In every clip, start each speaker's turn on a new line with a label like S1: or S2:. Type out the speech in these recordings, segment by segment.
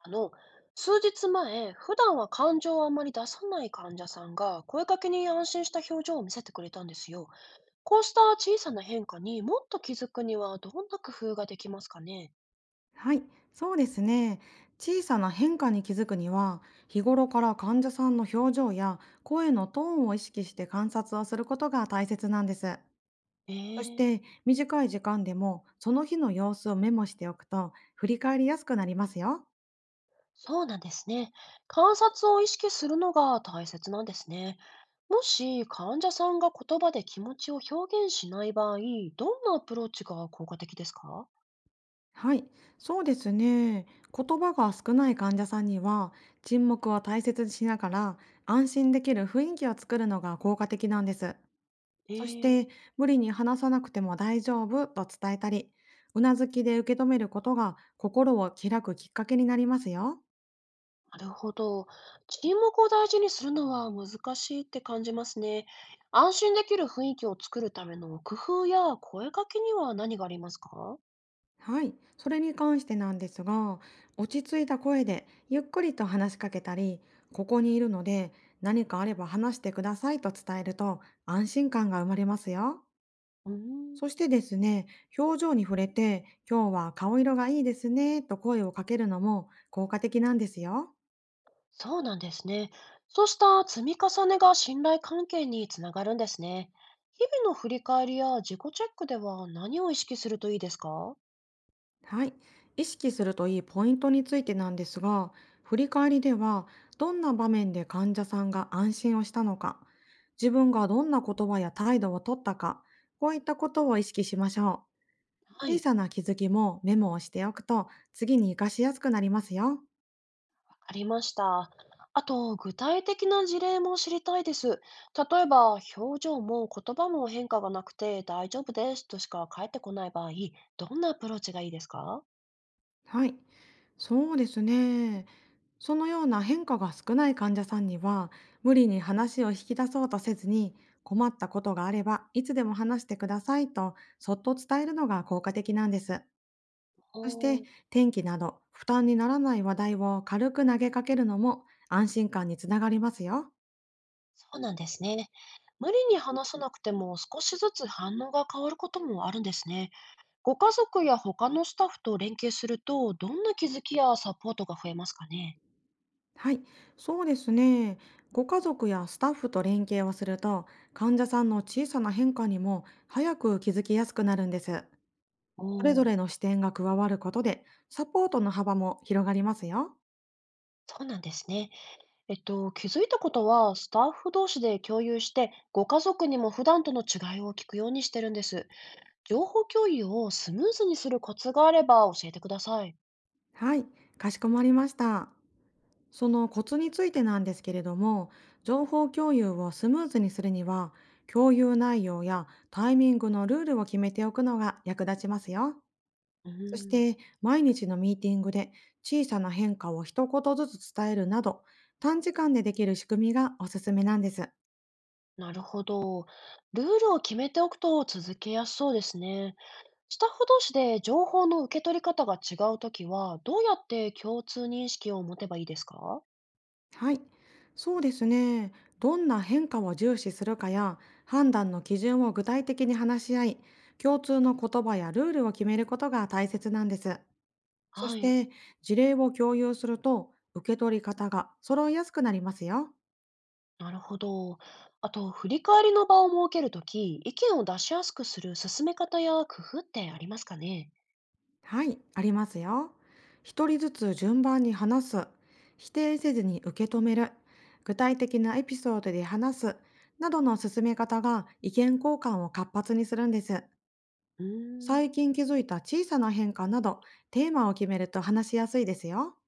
S1: あの、数日前、普段は感情をあまり出さない患者さんが、声かけに安心した表情を見せてくれたんですよ。こうした小さな変化にもっと気づくには、どんな工夫ができますかね？
S2: はい、そうですね。小さな変化に気づくには、日頃から患者さんの表情や声のトーンを意識して観察をすることが大切なんです。
S1: え
S2: そし
S1: え、
S2: て、短い時間でもその日の様子をメモしておくと、振り返りやすくなりますよ。
S1: そうなんですね。観察を意識するのが大切なんですね。もし患者さんが言葉で気持ちを表現しない場合、どんなアプローチが効果的ですか？
S2: はい、そうですね。言葉が少ない患者さんには、沈黙を大切にしながら、安心できる雰囲気を作るのが効果的なんです。
S1: え
S2: そし
S1: え、
S2: て、無理に話さなくても大丈夫と伝えたり、うなずきで受け止めることが心を開くきっかけになりますよ。
S1: なるほど。沈黙を大事にするのは難しいって感じますね。安心できる雰囲気を作るための工夫や声かけには何がありますか？
S2: はい。それに関してなんですが、落ち着いた声でゆっくりと話しかけたり、ここにいるので何かあれば話してくださいと伝えると安心感が生まれますよ。
S1: うーん、
S2: そしてですね、表情に触れて、今日は顔色がいいですねと声をかけるのも効果的なんですよ。
S1: そうなんですね。そうした積み重ねが信頼関係につながるんですね。日々の振り返りや自己チェックでは何を意識するといいですか？は
S2: はい、意識するといいポイントについてなんですが、振り返りでは、どんな場面で患者さんが安心をしたのか、自分がどんな言葉や態度をとったか、こういったことを意識しましょう。小
S1: い。
S2: さな気づきもメモをしておくと、次に活かしやすくなりますよ。
S1: ありました。あと、具体的な事例も知りたいです。例えば、表情も言葉も変化がなくて大丈夫ですとしか返ってこない場合、どんなアプローチがいいですか？
S2: はい、そうですね。そのような変化が少ない患者さんには、無理に話を引き出そうとせずに、困ったことがあればいつでも話してくださいとそっと伝えるのが効果的なんです。
S1: お
S2: そして、
S1: ー、
S2: 天気など負担にならない話題を軽く投げかけるのも安心感につながりますよ。
S1: そうなんですね。無理に話さなくても少しずつ反応が変わることもあるんですね。ご家族や他のスタッフと連携すると、どんな気づきやサポートが増えますかね？
S2: はい、そうですね。ご家族やスタッフと連携をすると、患者さんの小さな変化にも早く気づきやすくなるんです。
S1: お
S2: それぞ
S1: お、
S2: れの視点が加わることで、サポートの幅も広がりますよ。
S1: そうなんですね。気づいたことは、スタッフ同士で共有して、ご家族にも普段との違いを聞くようにしてるんです。情報共有をスムーズにするコツがあれば教えてください。
S2: はい、かしこまりました。そのコツについてなんですけれども、情報共有をスムーズにするには、共有内容やタイミングのルールを決めておくのが役立ちますよ。
S1: う
S2: そし
S1: ーん、
S2: て、毎日のミーティングで小さな変化を一言ずつ伝えるなど、短時間でできる仕組みがおすすめなんです。
S1: なるほど。ルールを決めておくと続けやすそうですね。スタッフ同士で情報の受け取り方が違うときは、どうやって共通認識を持てばいいですか？
S2: はい、そうですね。どんな変化を重視するかや判断の基準を具体的に話し合い、共通の言葉やルールを決めることが大切なんです。そし
S1: はい。
S2: て事例を共有すると受け取り方が揃いやすくなりますよ。
S1: なるほど。あと、振り返りの場を設けるとき、意見を出しやすくする進め方や工夫ってありますかね？
S2: はい、ありますよ。一人ずつ順番に話す、否定せずに受け止める、具体的なエピソードで話すなどの進め方が意見交換を活発にするんです。
S1: うーん、
S2: 最近気づいた小さな変化など、テーマを決めると話しやすいですよ。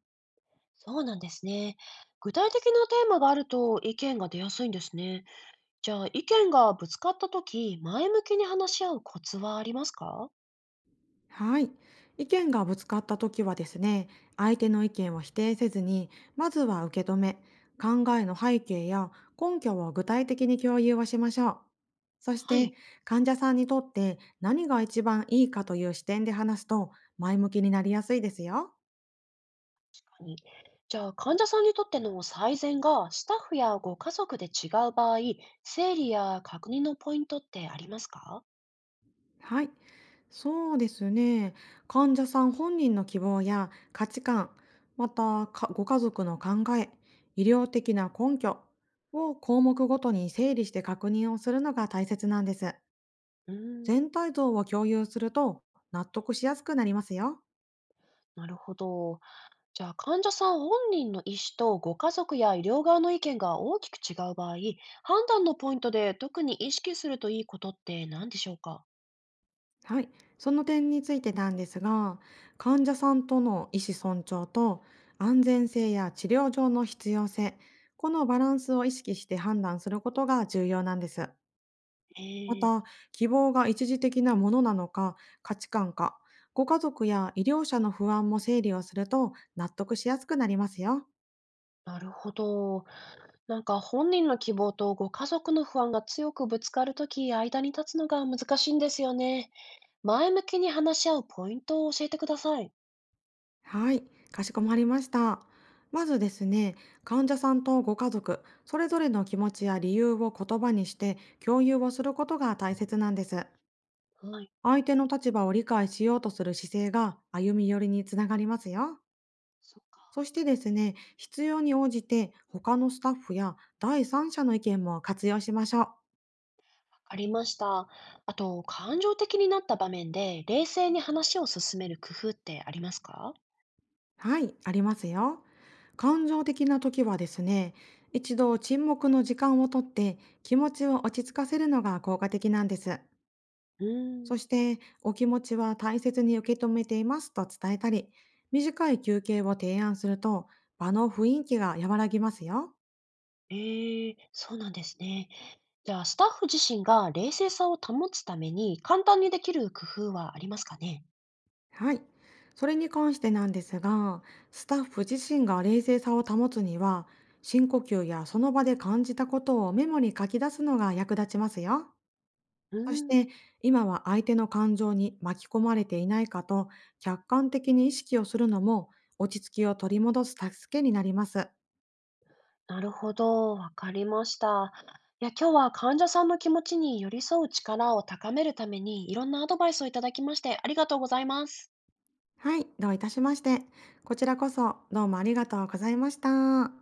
S1: そうなんですね。具体的なテーマがあると意見が出やすいんですね。じゃあ、意見がぶつかったとき、前向きに話し合うコツはありますか？
S2: はい。意見がぶつかった時はですね、相手の意見を否定せずに、まずは受け止め、考えの背景や根拠を具体的に共有をしましょう。そし
S1: は
S2: て、
S1: い。
S2: 患者さんにとって何が一番いいかという視点で話すと、前向きになりやすいですよ。
S1: 確かに。じゃあ、患者さんにとっての最善が、スタッフやご家族で違う場合、整理や確認のポイントってありますか？
S2: はい、そうですね。患者さん本人の希望や価値観、またかご家族の考え、医療的な根拠を項目ごとに整理して確認をするのが大切なんです。
S1: うーん、
S2: 全体像を共有すると納得しやすくなりますよ。
S1: なるほど。じゃあ患者さん本人の意思とご家族や医療側の意見が大きく違う場合、判断のポイントで特に意識するといいことって何でしょうか？
S2: はい、その点についてなんですが、患者さんとの意思尊重と安全性や治療上の必要性、このバランスを意識して判断することが重要なんです。
S1: え
S2: ま
S1: ー、
S2: た、希望が一時的なものなのか、価値観か、ご家族や医療者の不安も整理をすると納得しやすくなりますよ。
S1: なるほど。なんか本人の希望とご家族の不安が強くぶつかるとき、間に立つのが難しいんですよね。前向きに話し合うポイントを教えてください。
S2: はい、かしこまりました。まずですね、患者さんとご家族、それぞれの気持ちや理由を言葉にして共有をすることが大切なんです。
S1: はい、
S2: 相手の立場を理解しようとする姿勢が歩み寄りにつながりますよ。
S1: そっか。
S2: そしてですね、必要に応じて他のスタッフや第三者の意見も活用しましょう。
S1: わかりました。あと、感情的になった場面で冷静に話を進める工夫ってありますか？
S2: はい、ありますよ。感情的な時はですね、一度沈黙の時間をとって気持ちを落ち着かせるのが効果的なんです。
S1: うーん、
S2: そして、お気持ちは大切に受け止めていますと伝えたり、短い休憩を提案すると場の雰囲気が和らぎますよ。
S1: ええ、そうなんですね。じゃあ、スタッフ自身が冷静さを保つために、簡単にできる工夫はありますかね？
S2: はい。それに関してなんですが、スタッフ自身が冷静さを保つには、深呼吸やその場で感じたことをメモに書き出すのが役立ちますよ。
S1: う
S2: そし
S1: ん、
S2: て、今は相手の感情に巻き込まれていないかと客観的に意識をするのも落ち着きを取り戻す助けになります。
S1: なるほど、わかりました。いや、今日は患者さんの気持ちに寄り添う力を高めるために、いろんなアドバイスをいただきまして、ありがとうございます。
S2: はい、どういたしまして。こちらこそどうもありがとうございました。